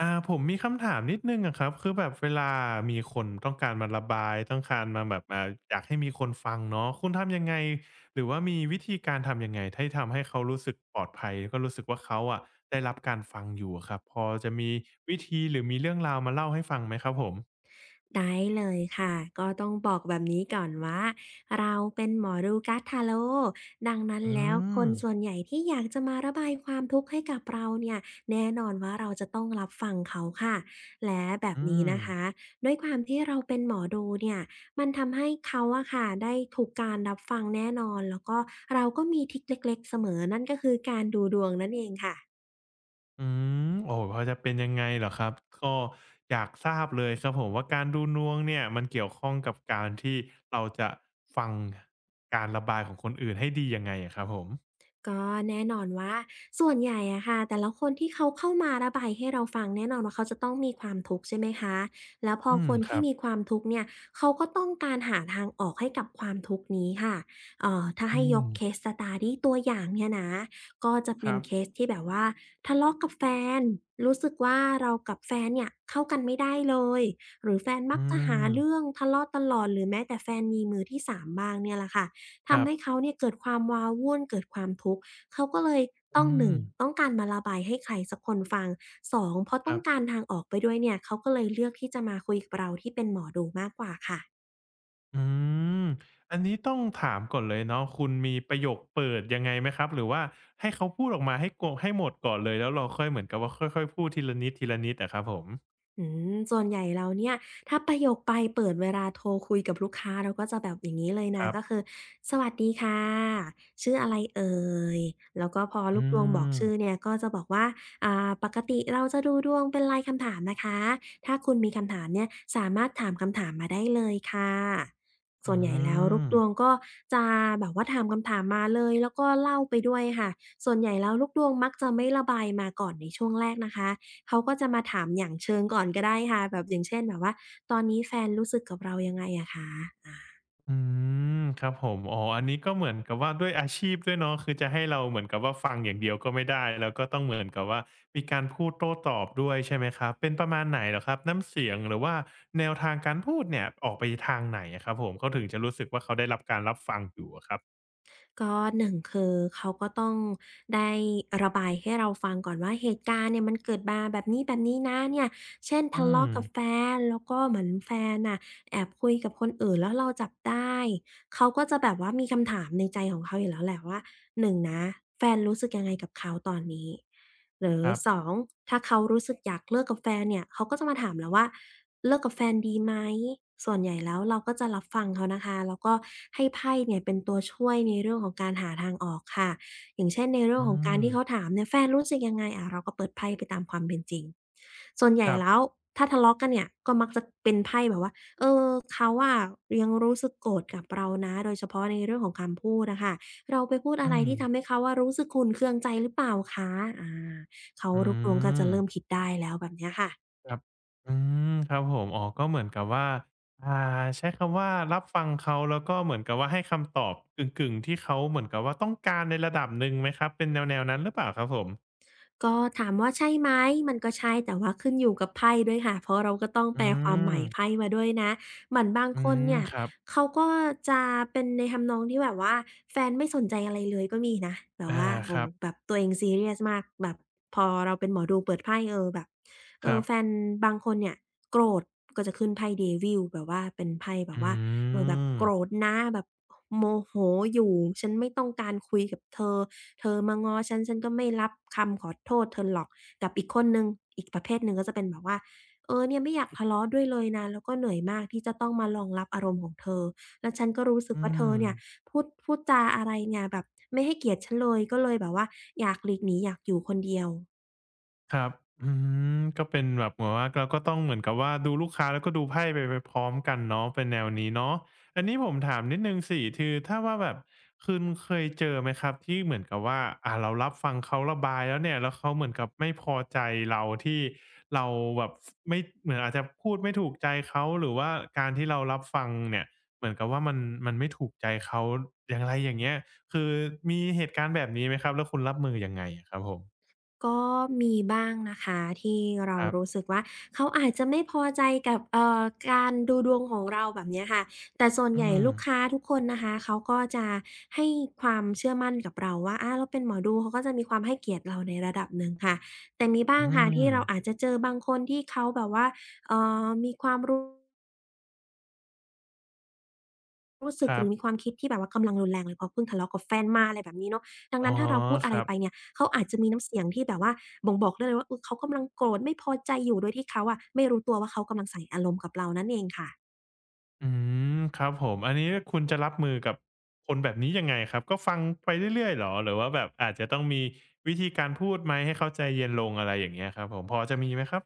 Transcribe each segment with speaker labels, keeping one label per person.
Speaker 1: ผมมีคำถามนิดนึงอะครับคือแบบเวลามีคนต้องการมาระบายต้องการมาแบบอยากให้มีคนฟังเนาะคุณทำยังไงหรือว่ามีวิธีการทำยังไงให้ทำให้เขารู้สึกปลอดภัยแล้วก็รู้สึกว่าเขาอะได้รับการฟังอยู่อะครับพอจะมีวิธีหรือมีเรื่องราวมาเล่าให้ฟังไหมครับผม
Speaker 2: ได้เลยค่ะ ก็ต้องบอกแบบนี้ก่อนว่าเราเป็นหมอดูการ์ดทาโรต์ดังนั้น
Speaker 1: อื
Speaker 2: แล้วค
Speaker 1: ม
Speaker 2: นส่วนใหญ่ที่อยากจะมาระบายความทุกข์ให้กับเราเนี่ยแน่นอนว่าเราจะต้องรับฟังเขาค่ะและแบบ
Speaker 1: อื
Speaker 2: นี้
Speaker 1: ม
Speaker 2: นะคะด้วยความที่เราเป็นหมอดูเนี่ยมันทำให้เขาอะค่ะได้ถูกการรับฟังแน่นอนแล้วก็เราก็มีทริกเล็กๆเสมอนั่นก็คือการดูดวงนั่นเองค่ะ
Speaker 1: อืมโอ้โเพอจะเป็นยังไงเหรอครับก็อยากทราบเลยครับผมว่าการดูดวงเนี่ยมันเกี่ยวข้องกับการที่เราจะฟังการระบายของคนอื่นให้ดียังไงอะครับผม
Speaker 2: ก็แน่นอนว่าส่วนใหญ่อะค่ะแต่ละคนที่เขาเข้ามาระบายให้เราฟังแน่นอนว่าเขาจะต้องมีความทุกข์ใช่ไหมคะแล้วพอ
Speaker 1: อืม
Speaker 2: คน
Speaker 1: ค
Speaker 2: ที่
Speaker 1: รับ
Speaker 2: มีความทุกข์เนี่ยเขาก็ต้องการหาทางออกให้กับความทุกข์นี้ค่ะถ้า
Speaker 1: อื
Speaker 2: ให้ย
Speaker 1: ม
Speaker 2: กเคสส s e Study ตัวอย่างเนี่ยนะก็จะ
Speaker 1: ค
Speaker 2: เป็น
Speaker 1: รั
Speaker 2: เค
Speaker 1: บ
Speaker 2: สที่แบบว่าทะเลาะกับแฟนรู้สึกว่าเรากับแฟนเนี่ยเข้ากันไม่ได้เลยหรือแฟนมั
Speaker 1: อื
Speaker 2: กจะหาเรื่อง
Speaker 1: ม
Speaker 2: ทะเลาะตลอดหรือแม้แต่แฟนมีมือที่สามบ้างเนี่ยแหละค่ะ
Speaker 1: ครั
Speaker 2: ทำให้
Speaker 1: บ
Speaker 2: เขาเนี่ยเกิดความว้าวุ่นเกิดความทุกข์เขาก็เลยต้อ
Speaker 1: อื
Speaker 2: งหนึ่
Speaker 1: ม
Speaker 2: งต้องการมาระบายให้ใครสักคนฟังสองเพราะ
Speaker 1: ค
Speaker 2: ต้อ
Speaker 1: รั
Speaker 2: ง
Speaker 1: บ
Speaker 2: การทางออกไปด้วยเนี่ยเขาก็เลยเลือกที่จะมาคุยกับเราที่เป็นหมอดูมากกว่าค่ะ
Speaker 1: อืมอันนี้ต้องถามก่อนเลยเนาะคุณมีประโยคเปิดยังไงไหมครับหรือว่าให้เขาพูดออกมาให้โกให้หมดก่อนเลยแล้วเราค่อยเหมือนกับว่าค่อยๆพูดทีละนิดๆอะครับผม
Speaker 2: อืมส่วนใหญ่แล้วเนี่ยถ้าประโยคปลายเปิดเวลาโทรคุยกับลูกค้าเราก็จะแบบอย่างงี้เลย
Speaker 1: ค
Speaker 2: นะ
Speaker 1: รั
Speaker 2: ก็
Speaker 1: บ
Speaker 2: คือสวัสดีค่ะชื่ออะไรเอ่ยแล้วก็พอลู
Speaker 1: อื
Speaker 2: กดวงบอก
Speaker 1: ม
Speaker 2: ชื่อเนี่ยก็จะบอกว่าอ่าปกติเราจะดูดวงเป็นรายคำถามนะคะถ้าคุณมีคำถามเนี่ยสามารถถามคำถามมาได้เลยค่ะส่
Speaker 1: อื
Speaker 2: วนใหญ่แล้วลูก
Speaker 1: ม
Speaker 2: ดวงก็จะแบบว่าถามคำถามมาเลยแล้วก็เล่าไปด้วยค่ะส่วนใหญ่แล้วลูกดวงมักจะไม่ระบายมาก่อนในช่วงแรกนะคะ เขาก็จะมาถามอย่างเชิงก่อนก็ได้ค่ะแบบอย่างเช่นแบบว่าตอนนี้แฟนรู้สึกกับเรายังไงอะคะอา
Speaker 1: อืม ครับผมอ๋ออันนี้ก็เหมือนกับว่าด้วยอาชีพด้วยเนาะคือจะให้เราเหมือนกับว่าฟังอย่างเดียวก็ไม่ได้ แล้วก็ต้องเหมือนกับว่ามีการพูดโต้ตอบด้วยใช่ไหมครับ เป็นประมาณไหนเหรอครับน้ำเสียงหรือว่าแนวทางการพูดเนี่ยออกไปทางไหนอะครับผมเขาถึงจะรู้สึกว่าเขาได้รับการรับฟังอยู่อะครับ
Speaker 2: ก็หนึ่งคือเขาก็ต้องได้ระบายให้เราฟังก่อนว่าเหตุการณ์เนี่ยมันเกิดมาแบบนี้ๆนะเนี่ยเช่น
Speaker 1: อื
Speaker 2: ทะ
Speaker 1: ม
Speaker 2: เลาะกับแฟนแล้วก็เหมือนแฟนน่ะแอบคุยกับคนอื่นแล้วเราจับได้ เขาก็จะแบบว่ามีคำถามในใจของเขาอยู่แล้วแหละว่าหนงนะแฟนรู้สึกยังไงกับเขาตอนนี้หรือ
Speaker 1: ครับ
Speaker 2: สองถ้าเขารู้สึกอยากเลิกกับแฟนเนี่ยเขาก็จะมาถามเราว่าเลิกกับแฟนดีไหมส่วนใหญ่แล้วเราก็จะรับฟังเขานะคะแล้วก็ให้ไพ่เนี่ยเป็นตัวช่วยในเรื่องของการหาทางออกค่ะอย่างเช่นในเรื่อง
Speaker 1: อื
Speaker 2: ของการ
Speaker 1: ม
Speaker 2: ที่เขาถามเนี่ยแฟนรู้สึกยังไงอาเราก็เปิดไพ่ไปตามความเป็นจริงส่วนให
Speaker 1: ค
Speaker 2: ญ่
Speaker 1: รั
Speaker 2: แล้ว
Speaker 1: บ
Speaker 2: ถ้าทะเลาะกันเนี่ยก็มักจะเป็นไพ่แบบว่า เออเขาอะยังรู้สึกโกรธกับเรานะโดยเฉพาะในเรื่องของคำพูดอะค่ะเราไปพูดอะ
Speaker 1: อื
Speaker 2: ไร
Speaker 1: ม
Speaker 2: ที่ทำให้เขาอะรู้สึกขุ่นเคืองใจหรือเปล่าคะอาเขา
Speaker 1: อื
Speaker 2: ลุกลงกลนก็จะ
Speaker 1: ม
Speaker 2: เริ่มคิดได้แล้วแบบเนี้ยค่ะ
Speaker 1: ครับอืมครับผมอ๋อก็เหมือนกับว่าอ่าใช้คำว่ารับฟังเขาแล้วก็เหมือนกับว่าให้คำตอบกึ่งๆที่เขาเหมือนกับว่าต้องการในระดับหนึ่งไหมครับ เป็นแนวๆนั้นหรือเปล่าครับผม
Speaker 2: ก็ถามว่าใช่ไหมมันก็ใช่แต่ว่าขึ้นอยู่กับไพ่ด้วยค่ะเพราะเราก็ต้อง
Speaker 1: อื
Speaker 2: แปลความหมา
Speaker 1: ม
Speaker 2: ยไพ่มาด้วยนะเหมือนบาง
Speaker 1: อื
Speaker 2: คน
Speaker 1: ม
Speaker 2: เนี่ย
Speaker 1: ครับ
Speaker 2: เขาก็จะเป็นในทำนองที่แบบว่าแฟนไม่สนใจอะไรเลยก็มีนะแบบ
Speaker 1: อา
Speaker 2: ว่า
Speaker 1: ค
Speaker 2: โอ้
Speaker 1: รับ
Speaker 2: แบบตัวเองซีเรียสมากแบบพอเราเป็นหมอดูเปิดไพ่เออแบบเอ
Speaker 1: ครั
Speaker 2: อ
Speaker 1: บ
Speaker 2: แฟนบางคนเนี่ยโกรธก็จะขึ้นไพ่ Devil แบบว่าเป็นไพ่แบบ
Speaker 1: อื
Speaker 2: ว่าเออแบบ
Speaker 1: ม
Speaker 2: โกรธนะแบบโมโหอยู่ฉันไม่ต้องการคุยกับเธอ เธอมางอฉันฉันก็ไม่รับคำขอโทษเธอหรอกกับอีกคนหนึ่งอีกประเภทหนึ่งก็จะเป็นแบบว่าเออเนี่ยไม่อยากทะเลาะด้วยเลยนะแล้วก็เหนื่อยมากที่จะต้องมารองรับอารมณ์ของเธอแล้วฉันก็รู้สึก
Speaker 1: อื
Speaker 2: ว่าเธอ
Speaker 1: ม
Speaker 2: เนี่ยพูดจาอะไรเนี่ยแบบไม่ให้เกียรติฉันเลยก็เลยแบบว่าอยากหลีกหนีอยากอยู่คนเดียว
Speaker 1: ครับอืมก็เป็นแบบเหมือนว่าเราก็ต้องเหมือนกับว่าดูลูกค้าแล้วก็ดูไพ่ไปพร้อมกันเนาะเป็นแนวนี้เนาะอันนี้ผมถามนิดหนึ่งสิคือถ้าว่าแบบคุณเคยเจอไหมครับที่เหมือนกับว่าเรารับฟังเขาระบายแล้วเนี่ยแล้วเขาเหมือนกับไม่พอใจเราที่เราแบบฟไม่เหมือนอาจจะพูดไม่ถูกใจเขาหรือว่าการที่เรารับฟังเนี่ยเหมือนกับว่ามันไม่ถูกใจเขาอย่างไรอย่างเงี้ยคือมีเหตุการณ์แบบนี้ไหมครับแล้วคุณรับมือยังไงอะครับผม
Speaker 2: ก็มีบ้างนะคะที่เรา
Speaker 1: ครั
Speaker 2: รู้
Speaker 1: บ
Speaker 2: สึกว่าเขาอาจจะไม่พอใจกับการดูดวงของเราแบบเนี้ยค่ะแต่ส่วน
Speaker 1: อื
Speaker 2: ใหญ่
Speaker 1: ม
Speaker 2: ลูกค้าทุกคนนะคะเขาก็จะให้ความเชื่อมั่นกับเราว่าอาเราเป็นหมอดูเขาก็จะมีความให้เกียรติเราในระดับหนึ่งค่ะแต่มีบ้าง
Speaker 1: อื
Speaker 2: ค่ะ
Speaker 1: ม
Speaker 2: ที่เราอาจจะเจอบางคนที่เขาแบบว่ามีความรู้ รู้สึ
Speaker 1: ค
Speaker 2: กห
Speaker 1: รั
Speaker 2: รือมีค
Speaker 1: บ
Speaker 2: วามคิดที่แบบว่ากำลังรุนแรงเลยเพราะเพิ่งทะเลาะกับแฟนมาอะไรแบบนี้เนาะดัง
Speaker 1: อ๋อ
Speaker 2: นั้นถ้าเราพูดอะ
Speaker 1: ค
Speaker 2: ไร
Speaker 1: รับ
Speaker 2: ไปเนี่ยเขาอาจจะมีน้ำเสียงที่แบบว่าบ่งบอกได้เลยว่าเออเขากำลังโกรธไม่พอใจอยู่โดยที่เขาอะไม่รู้ตัวว่าเขากำลังใส่อารมณ์กับเรานั่นเองค่ะ
Speaker 1: อืมครับผมอันนี้คุณจะรับมือกับคนแบบนี้ยังไงครับก็ฟังไปเรื่อยๆเหรอหรือว่าแบบอาจจะต้องมีวิธีการพูดไหมให้เขาใจเย็นลงอะไรอย่างเงี้ยครับผมพอจะมีไหมครับ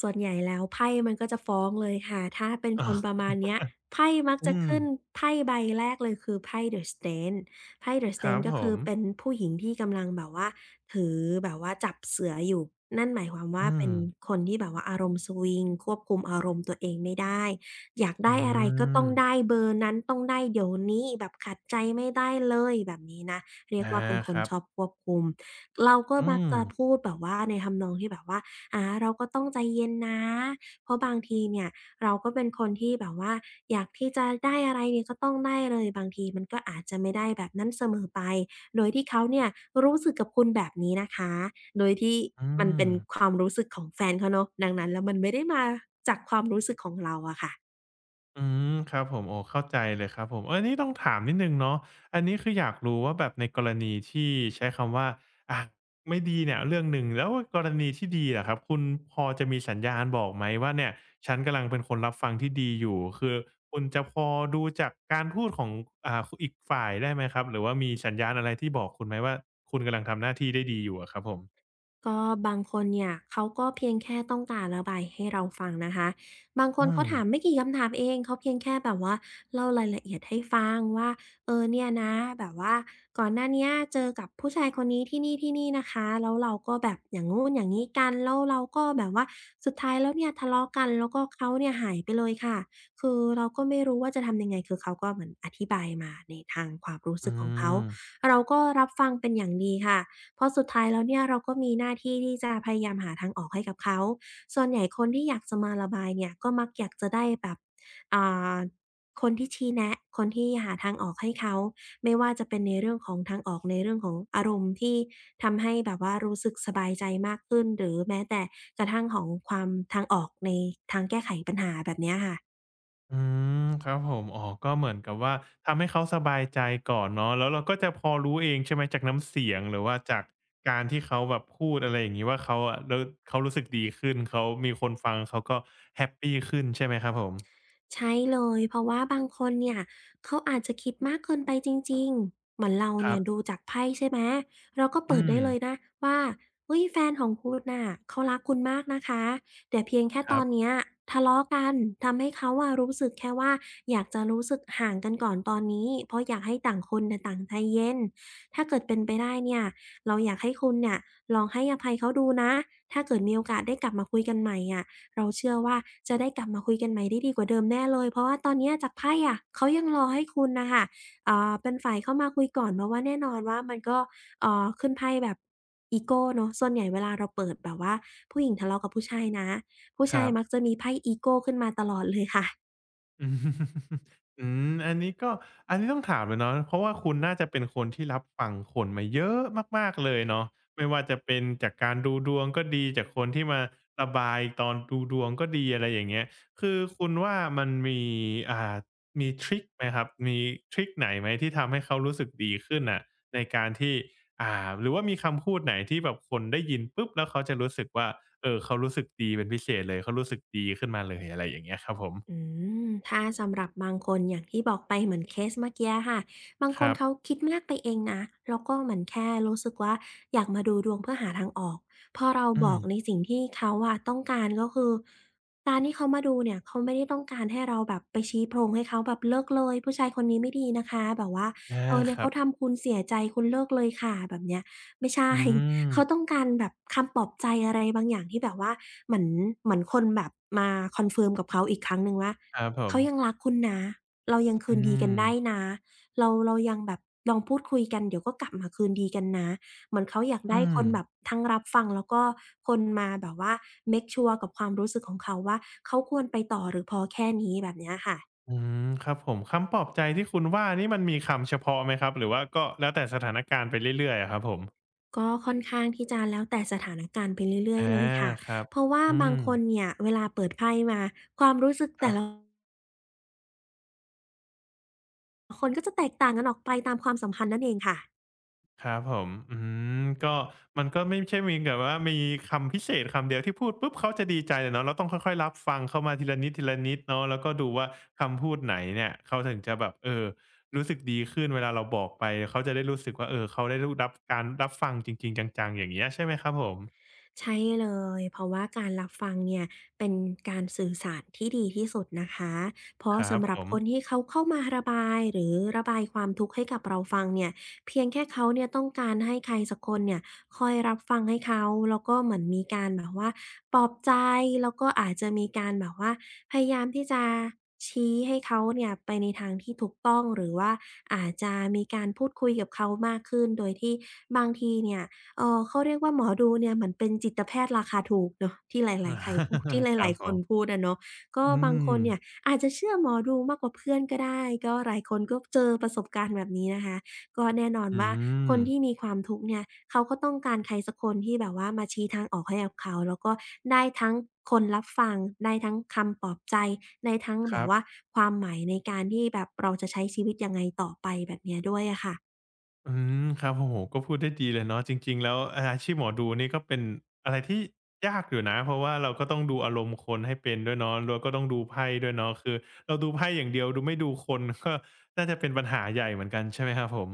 Speaker 2: ส่วนใหญ่แล้วไพ่มันก็จะฟ้องเลยค่ะถ้าเป็นคนประ
Speaker 1: เออ
Speaker 2: มาณเนี้ยไพ่มักจะ
Speaker 1: อืม
Speaker 2: ขึ้นไพ่ใบแรกเลยคือไพ่ The Strength ไพ่ The
Speaker 1: ครับ
Speaker 2: Strength ก็
Speaker 1: ผ
Speaker 2: คือ
Speaker 1: ม
Speaker 2: เป็นผู้หญิงที่กำลังแบบว่าถือแบบว่าจับเสืออยู่นั่นหมายความ
Speaker 1: อื
Speaker 2: ว่า
Speaker 1: ม
Speaker 2: เป็นคนที่แบบว่าอารมณ์สวิงควบคุมอารมณ์ตัวเองไม่ได้อยาก
Speaker 1: อื
Speaker 2: ได้อะไรก็ต้อ
Speaker 1: ม
Speaker 2: งได้เบอร์นั้นต้องได้เดี๋ยวนี้แบบขัดใจไม่ได้เลยแบบนี้นะเรียก
Speaker 1: อา
Speaker 2: ว่าเป็นค
Speaker 1: ค
Speaker 2: น
Speaker 1: รับ
Speaker 2: ชอบควบคุมเราก็
Speaker 1: อื
Speaker 2: มัก
Speaker 1: ม
Speaker 2: จะพูดแบบว่าในทำนองที่แบบว่า อาเราก็ต้องใจเย็นนะเพราะบางทีเนี่ยเราก็เป็นคนที่แบบว่าอยากที่จะได้อะไรเนี่ยก็ต้องได้เลยบางทีมันก็อาจจะไม่ได้แบบนั้นเสมอไปโดยที่เขาเนี่ยรู้สึกกับคุณแบบนี้นะคะโดยที่
Speaker 1: อื
Speaker 2: มัน
Speaker 1: ม
Speaker 2: เป็นความรู้สึกของแฟนเขาเนาะดังนั้นแล้วมันไม่ได้มาจากความรู้สึกของเราอะค่ะ
Speaker 1: อืมครับผมโอ้เข้าใจเลยครับผมเออนี่ต้องถามนิดหนึ่งเนาะอันนี้คืออยากรู้ว่าแบบในกรณีที่ใช้คำว่าอะไม่ดีเนี่ยเรื่องหนึ่งแล้วกรณีที่ดีล่ะครับคุณพอจะมีสัญญาณบอกไหมว่าเนี่ยฉันกำลังเป็นคนรับฟังที่ดีอยู่คือคุณจะพอดูจากการพูดของคอีกฝ่ายได้ไหมครับหรือว่ามีสัญญาณอะไรที่บอกคุณไหมว่าคุณกำลังทำหน้าที่ได้ดีอยู่อะครับผม
Speaker 2: ก็บางคนเนี่ยเขาก็เพียงแค่ต้องการระบายให้เราฟังนะคะบางค
Speaker 1: อื
Speaker 2: นเขา
Speaker 1: ม
Speaker 2: ถามไม่กี่คำถามเองเขาเพียงแค่แบบว่าเล่ารายละเอียดให้ฟังว่าเออเนี่ยนะแบบว่าก่อนหน้าเนี้ยเจอกับผู้ชายคนนี้ที่นี่ที่นี่นะคะแล้วเราก็แบบอย่างงู้นอย่างนี้กันแล้วเราก็แบบว่าสุดท้ายแล้วเนี่ยทะเลาะกันแล้วก็เขาเนี่ยหายไปเลยค่ะคือเราก็ไม่รู้ว่าจะทำยังไงคือเขาก็เหมือนอธิบายมาในทางความรู้
Speaker 1: อื
Speaker 2: สึกของเขา
Speaker 1: ม
Speaker 2: เราก็รับฟังเป็นอย่างดีค่ะ เพราะสุดท้ายแล้วเนี่ยเราก็มีหน้าที่ที่จะพยายามหาทางออกให้กับเขา ส่วนใหญ่คนที่อยากจะมาระบายเนี่ยก็มักอยากจะได้แบบอ่า คนที่ชี้แนะคนที่หาทางออกให้เขา ไม่ว่าจะเป็นในเรื่องของทางออกในเรื่องของอารมณ์ที่ทำให้แบบว่ารู้สึกสบายใจมากขึ้นหรือแม้แต่กระทั่งของความทางออกในทางแก้ไขปัญหาแบบเนี้ยค่ะ
Speaker 1: อืมครับผมอ๋อก็เหมือนกับว่าทำให้เขาสบายใจก่อนเนาะแล้วเราก็จะพอรู้เองใช่ไหมจากน้ำเสียงหรือว่าจากการที่เขาแบบพูดอะไรอย่างงี้ว่าเขาอะรเขารู้สึกดีขึ้นเขามีคนฟังเขาก็แฮปปีขึ้นใช่ไหมครับผม
Speaker 2: ใช่เลยเพราะว่าบางคนเนี่ยเขาอาจจะคิดมากเกินไปจริงๆเหมือนเรา
Speaker 1: ครั
Speaker 2: เนี่ยดู
Speaker 1: บ
Speaker 2: จากไพ่ใช่ไหมเราก็เปิ
Speaker 1: อื
Speaker 2: ดได้
Speaker 1: ม
Speaker 2: เลยนะว่าเฮ้ยแฟนของคุณน่ะเขารักคุณมากนะคะแต่เพียงแค่
Speaker 1: ค
Speaker 2: ต
Speaker 1: รั
Speaker 2: อน
Speaker 1: บ
Speaker 2: เนี้ยทะเลาะกันทำให้เขาอะรู้สึกแค่ว่าอยากจะรู้สึกห่างกันก่อนตอนนี้เพราะอยากให้ต่างคนน่ะต่างใจเย็นถ้าเกิดเป็นไปได้เนี่ยเราอยากให้คุณเนี่ยลองให้อภัยเขาดูนะถ้าเกิดมีโอกาสได้กลับมาคุยกันใหม่อะ เราเชื่อว่าจะได้กลับมาคุยกันใหม่ได้ดีกว่าเดิมแน่เลยเพราะว่าตอนเนี้ยจากไพ่อะเขายังรอให้คุณน่ะค่ะอ่าเป็นฝ่ายเข้ามาคุยก่อนเพราะว่าแน่นอนว่ามันก็ขึ้นไพ่แบบอีโกเนาะส่วนใหญ่เวลาเราเปิดแบบว่าผู้หญิงทะเลาะกับผู้ชายนะผู้
Speaker 1: ค
Speaker 2: ชาย
Speaker 1: รับ
Speaker 2: มักจะมีไพ่อีโกขึ้นมาตลอดเลยค่ะ
Speaker 1: อืมอืมอันนี้ก็อันนี้ต้องถามเลยเนาะเพราะว่าคุณน่าจะเป็นคนที่รับฟังคนมาเยอะมากๆเลยเนาะไม่ว่าจะเป็นจากการดูดวงก็ดีจากคนที่มาระบายตอนดูดวงก็ดีอะไรอย่างเงี้ยคือคุณว่ามันมีอ่ามีทริกไหมครับมีทริกไหนไหมที่ทำให้เขารู้สึกดีขึ้นน่ะในการที่หรือว่ามีคำพูดไหนที่แบบคนได้ยินปุ๊บแล้วเขาจะรู้สึกว่าเออเขารู้สึกดีเป็นพิเศษเลยเขารู้สึกดีขึ้นมาเลยอะไรอย่างเงี้ยครับผม
Speaker 2: อืมถ้าสำหรับบางคนอย่างที่บอกไปเหมือนเคสเมื่อกี้ค่ะบาง
Speaker 1: ค
Speaker 2: คน
Speaker 1: รั
Speaker 2: เขา
Speaker 1: บ
Speaker 2: คิดมากไปเองนะแล้วก็เหมือนแค่รู้สึกว่าอยากมาดูดวงเพื่อหาทางออกพอเรา
Speaker 1: อื
Speaker 2: บอ
Speaker 1: ม
Speaker 2: กในสิ่งที่เขาอะต้องการก็คือการที่เขามาดูเนี่ยเขาไม่ได้ต้องการให้เราแบบไปชี้โพรงให้เขาแบบเลิกเลยผู้ชายคนนี้ไม่ดีนะคะแบบว่า
Speaker 1: อา
Speaker 2: เออเนี่
Speaker 1: ค
Speaker 2: ย
Speaker 1: รั
Speaker 2: เขา
Speaker 1: บ
Speaker 2: ทำคุณเสียใจคุณเลิกเลยค่ะแบบเนี้ยไม่ใช่
Speaker 1: อืม
Speaker 2: เขาต้องการแบบคำปลอบใจอะไรบางอย่างที่แบบว่าเหมือนคนแบบมาคอนเฟิร์มกับเขาอีกครั้งหนึ่งว่า
Speaker 1: ครับผม
Speaker 2: เขายังรักคุณนะเรายัง
Speaker 1: อื
Speaker 2: คืนดีกัน
Speaker 1: ม
Speaker 2: ได้นะเรายังแบบลองพูดคุยกันเดี๋ยวก็กลับมาคืนดีกันนะเหมือนเขาอยาก
Speaker 1: อื
Speaker 2: ได้ค
Speaker 1: ม
Speaker 2: นแบบทั้งรับฟังแล้วก็คนมาแบบว่าเมกชัวร์กับความรู้สึกของเขาว่าเขาควรไปต่อหรือพอแค่นี้แบบเนี้ยค่ะ
Speaker 1: อืมครับผมคำปลอบใจที่คุณว่านี่มันมีคำเฉพาะไหมครับ หรือว่าก็แล้วแต่สถานการณ์ไปเรื่อยๆอะครับผม
Speaker 2: ก็ค่อนข้างที่จะแล้วแต่สถานการณ์ไปเรื่อย
Speaker 1: อา
Speaker 2: ๆเลยค่ะ
Speaker 1: ครับ
Speaker 2: เพราะว่า
Speaker 1: อื
Speaker 2: บาง
Speaker 1: ม
Speaker 2: คนเนี่ยเวลาเปิดไพ่มาความรู้สึก
Speaker 1: ค
Speaker 2: แต่
Speaker 1: รับ
Speaker 2: ละคนก็จะแตกต่างกันออกไปตามความสัมพันธ์นั่นเองค่ะ
Speaker 1: ครับผมก็มันก็ไม่ใช่มีแบบว่ามีคำพิเศษคำเดียวที่พูดปุ๊บเขาจะดีใจอะเนาะเราต้องค่อยๆรับฟังเข้ามาทีละนิดๆเนาะแล้วก็ดูว่าคำพูดไหนเนี่ยเขาถึงจะแบบเออรู้สึกดีขึ้นเวลาเราบอกไปเขาจะได้รู้สึกว่าเออเขาได้รู้รับการรับฟังจริงๆจังๆอย่างเงี้ยใช่ไหมครับผม
Speaker 2: ใช่เลยเพราะว่าการรับฟังเนี่ยเป็นการสื่อสารที่ดีที่สุดนะคะเพราะ
Speaker 1: ครับ
Speaker 2: สำห
Speaker 1: ผ
Speaker 2: รับ
Speaker 1: ม
Speaker 2: คนที่เขาเข้ามาระบายหรือระบายความทุกข์ให้กับเราฟังเนี่ยเพียงแค่เขาเนี่ยต้องการให้ใครสักคนเนี่ยคอยรับฟังให้เขาแล้วก็เหมือนมีการแบบว่าปลอบใจแล้วก็อาจจะมีการแบบว่าพยายามที่จะชี้ให้เขาเนี่ยไปในทางที่ถูกต้องหรือว่าอาจจะมีการพูดคุยกับเขามากขึ้นโดยที่บางทีเนี่ย เขาเรียกว่าหมอดูเนี่ยเหมือนเป็นจิตแพทย์ราคาถูกเนาะที่หลายๆใครพูดที่ห
Speaker 1: ครั
Speaker 2: ลา
Speaker 1: บ
Speaker 2: ยๆ
Speaker 1: ผ
Speaker 2: คนพู
Speaker 1: ม
Speaker 2: ดอะเนาะก็
Speaker 1: อื
Speaker 2: บางค
Speaker 1: ม
Speaker 2: นเนี่ยอาจจะเชื่อหมอดูมากกว่าเพื่อนก็ได้ก็หลายคนก็เจอประสบการณ์แบบนี้นะคะก็แน่นอน
Speaker 1: อื
Speaker 2: ว่าค
Speaker 1: ม
Speaker 2: นที่มีความทุกข์เนี่ยเขาก็ต้องการใครสักคนที่แบบว่ามาชี้ทางออกให้กับเขาแล้วก็ได้ทั้งคนรับฟังได้ทั้งคำปลอบใจได้ทั้ง
Speaker 1: ค
Speaker 2: แบ
Speaker 1: รั
Speaker 2: บ
Speaker 1: บ
Speaker 2: ว่าความหมายในการที่แบบเราจะใช้ชีวิตยังไงต่อไปแบบเนี้ยด้วยอะค่ะ
Speaker 1: อืมครับโอ้โฮก็พูดได้ดีเลยเนาะจริงๆแล้วอาอาชีพหมอดูนี่ก็เป็นอะไรที่ยากอยู่นะเพราะว่าเราก็ต้องดูอารมณ์คนให้เป็นด้วยเนาะแล้วก็ต้องดูไพ่ด้วยเนาะคือเราดูไพ่อย่างเดียวดูไม่ดูคน ก็น่าจะเป็นปัญหาใหญ่เหมือนกันใช่ไหมครับผม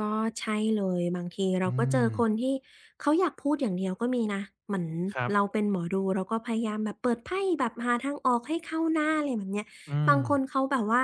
Speaker 2: ก็ใช่เลยบางทีเรา
Speaker 1: อื
Speaker 2: ก็เจอ
Speaker 1: ม
Speaker 2: คนที่เขาอยากพูดอย่างเดียวก็มีนะเหมือน
Speaker 1: ครับ
Speaker 2: เราเป็นหมอดูเราก็พยายามแบบเปิดไพ่แบบหาทางออกให้เข้าหน้าอะไรแบบเนี้ย
Speaker 1: อืม
Speaker 2: บางคนเขาแบบว่า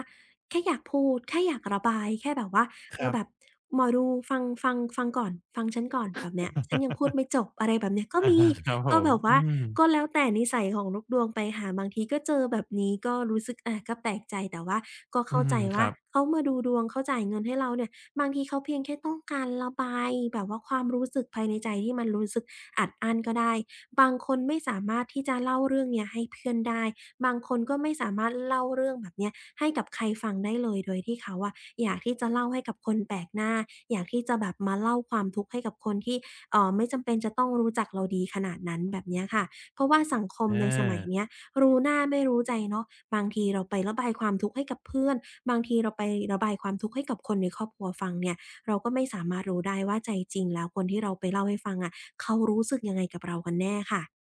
Speaker 2: แค่อยากพูดแค่อยากระบายแค่แบบว่า
Speaker 1: ค
Speaker 2: เออ
Speaker 1: รับ
Speaker 2: แบบหมอดูฟังก่อนฟังฉันก่อนแบบเนี้ยฉันยังพูดไม่จ บอะไรแบบเนี้ยก็
Speaker 1: อะ
Speaker 2: มี
Speaker 1: ฮะครับผ
Speaker 2: ก็
Speaker 1: ม
Speaker 2: แบบ
Speaker 1: อื
Speaker 2: ว่า
Speaker 1: ม
Speaker 2: ก็แล้วแต่นิสัยของลูกดวงไปค่ะบางทีก็เจอแบบนี้ก็รู้สึกอาก็แปลกใจแต่ว่าก็
Speaker 1: อื
Speaker 2: เข้า
Speaker 1: ม
Speaker 2: ใจ
Speaker 1: ค
Speaker 2: ว่า
Speaker 1: รับ
Speaker 2: เขามาดูดวงเขาจ่ายเงินให้เราเนี่ย บางทีเขาเพียงแค่ต้องการระบายแบบว่าความรู้สึกภายในใจที่มันรู้สึกอัดอั้นก็ได้ บางคนไม่สามารถที่จะเล่าเรื่องเนี้ยให้เพื่อนได้ บางคนก็ไม่สามารถเล่าเรื่องแบบเนี้ยให้กับใครฟังได้เลยโดยที่เขาอะอยากที่จะเล่าให้กับคนแปลกหน้าอยากที่จะแบบมาเล่าความทุกข์ให้กับคนที่ไม่จำเป็นจะต้องรู้จักเราดีขนาดนั้นแบบเนี้ยค่ะเพราะว่าสังคม
Speaker 1: อ
Speaker 2: ในสมัย
Speaker 1: า
Speaker 2: เนี้ย รู้หน้าไม่รู้ใจเนาะบางทีเราไประบายความทุกข์ให้กับเพื่อนบางทีเราไประบายความทุกข์ให้กับคนในครอบครัวฟังเนี่ยเราก็ไม่สามารถรู้ได้ว่าใจจริงแล้วคนที่เราไปเล่าให้ฟังอะเขารู้สึกยังไงกับเรากันแน่ค่ะ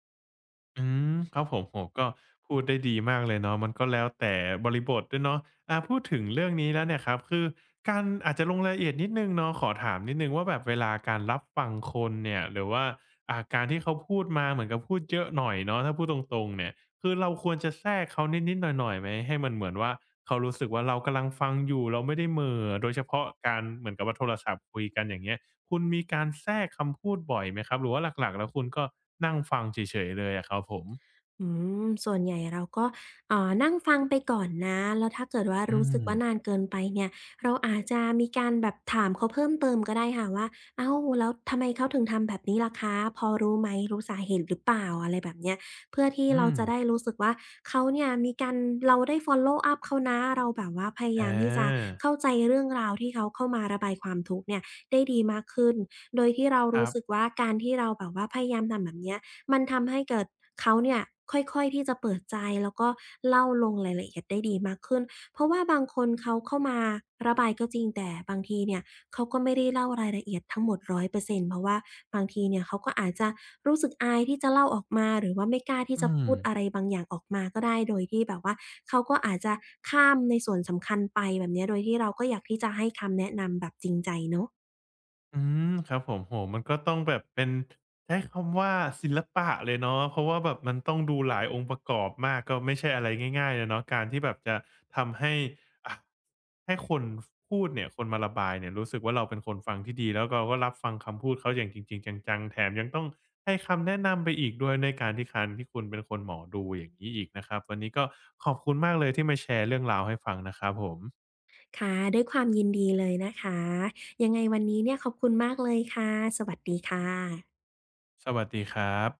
Speaker 1: อืมครับผมโอ้โฮก็พูดได้ดีมากเลยเนาะมันก็แล้วแต่บริบทด้วยเนาะอาพูดถึงเรื่องนี้แล้วเนี่ยครับคือการอาจจะลงรายละเอียดนิดหนึ่งเนาะขอถามนิดหนึ่งว่าแบบเวลาการรับฟังคนเนี่ยหรือว่าการที่เขาพูดมาเหมือนกับพูดเยอะหน่อยเนาะถ้าพูดตรงๆเนี่ยคือเราควรจะแทรกเขานิดๆหน่อยๆไหมให้มันเหมือนว่าเขารู้สึกว่าเรากำลังฟังอยู่เราไม่ได้เหม่อโดยเฉพาะการเหมือนกับว่าโทรศัพท์คุยกันอย่างเงี้ย คุณมีการแทรกคำพูดบ่อยไหมครับหรือว่าหลักๆแล้วคุณก็นั่งฟังเฉยๆเลยอะครับผม
Speaker 2: อืมส่วนใหญ่เราก็นั่งฟังไปก่อนนะแล้วถ้าเกิดว่า
Speaker 1: อื
Speaker 2: รู้สึก
Speaker 1: ม
Speaker 2: ว่านานเกินไปเนี่ยเราอาจจะมีการแบบถามเขาเพิ่มเติมก็ได้ค่ะว่าอ้าวแล้วทำไมเขาถึงทำแบบนี้ล่ะคะพอรู้ไหมรู้สาเหตุหรือเปล่าอะไรแบบเนี้ยเพื่อที่
Speaker 1: อื
Speaker 2: เรา
Speaker 1: ม
Speaker 2: จะได้รู้สึกว่าเขาเนี่ยมีการเราได้ follow up เขานะเราแบบว่าพยายามที่จะ
Speaker 1: อา
Speaker 2: เข้าใจเรื่องราวที่เขาเข้ามาระบายความทุกข์เนี่ยได้ดีมากขึ้นโดยที่เรา
Speaker 1: ค
Speaker 2: รู้
Speaker 1: รั
Speaker 2: สึก
Speaker 1: บ
Speaker 2: ว่าการที่เราแบบว่าพยายามทำแบบเนี้ย มันทำให้เกิดเขาเนี่ยค่อยๆที่จะเปิดใจแล้วก็เล่าลงรายละเอียดได้ดีมากขึ้นเพราะว่าบางคนเขาเข้ามาระบายก็จริงแต่บางทีเนี่ยเขาก็ไม่ได้เล่ารายละเอียดทั้งหมด100%เปอร์เซ็นต์เพราะว่าบางทีเนี่ยเขาก็อาจจะรู้สึกอายที่จะเล่าออกมาหรือว่าไม่กล้าที่จะ
Speaker 1: อืม
Speaker 2: พูดอะไรบางอย่างออกมาก็ได้โดยที่แบบว่าเขาก็อาจจะข้ามในส่วนสำคัญไปแบบเนี้ยโดยที่เราก็อยากที่จะให้คำแนะนำแบบจริงใจเนาะ
Speaker 1: อืมครับผมโอ้โฮมันก็ต้องแบบเป็นใช้คำว่าศิลปะเลยเนาะเพราะว่าแบบมันต้องดูหลายองค์ประกอบมากก็ไม่ใช่อะไรง่ายๆเลยเนาะการที่แบบจะทำให้อะให้คนพูดเนี่ยคนมาระบายเนี่ยรู้สึกว่าเราเป็นคนฟังที่ดีแล้วเราก็รับฟังคำพูดเขาอย่างจริงๆจังๆแถมยังต้องให้คำแนะนำไปอีกด้วยในการที่การที่คุณเป็นคนหมอดูอย่างงี้อีกนะครับวันนี้ก็ขอบคุณมากเลยที่มาแชร์เรื่องราวให้ฟังนะครับผม
Speaker 2: ค่ะด้วยความยินดีเลยนะคะยังไงวันนี้เนี่ยขอบคุณมากเลยค่ะสวัสดีค่ะ
Speaker 1: สวัสดีครับ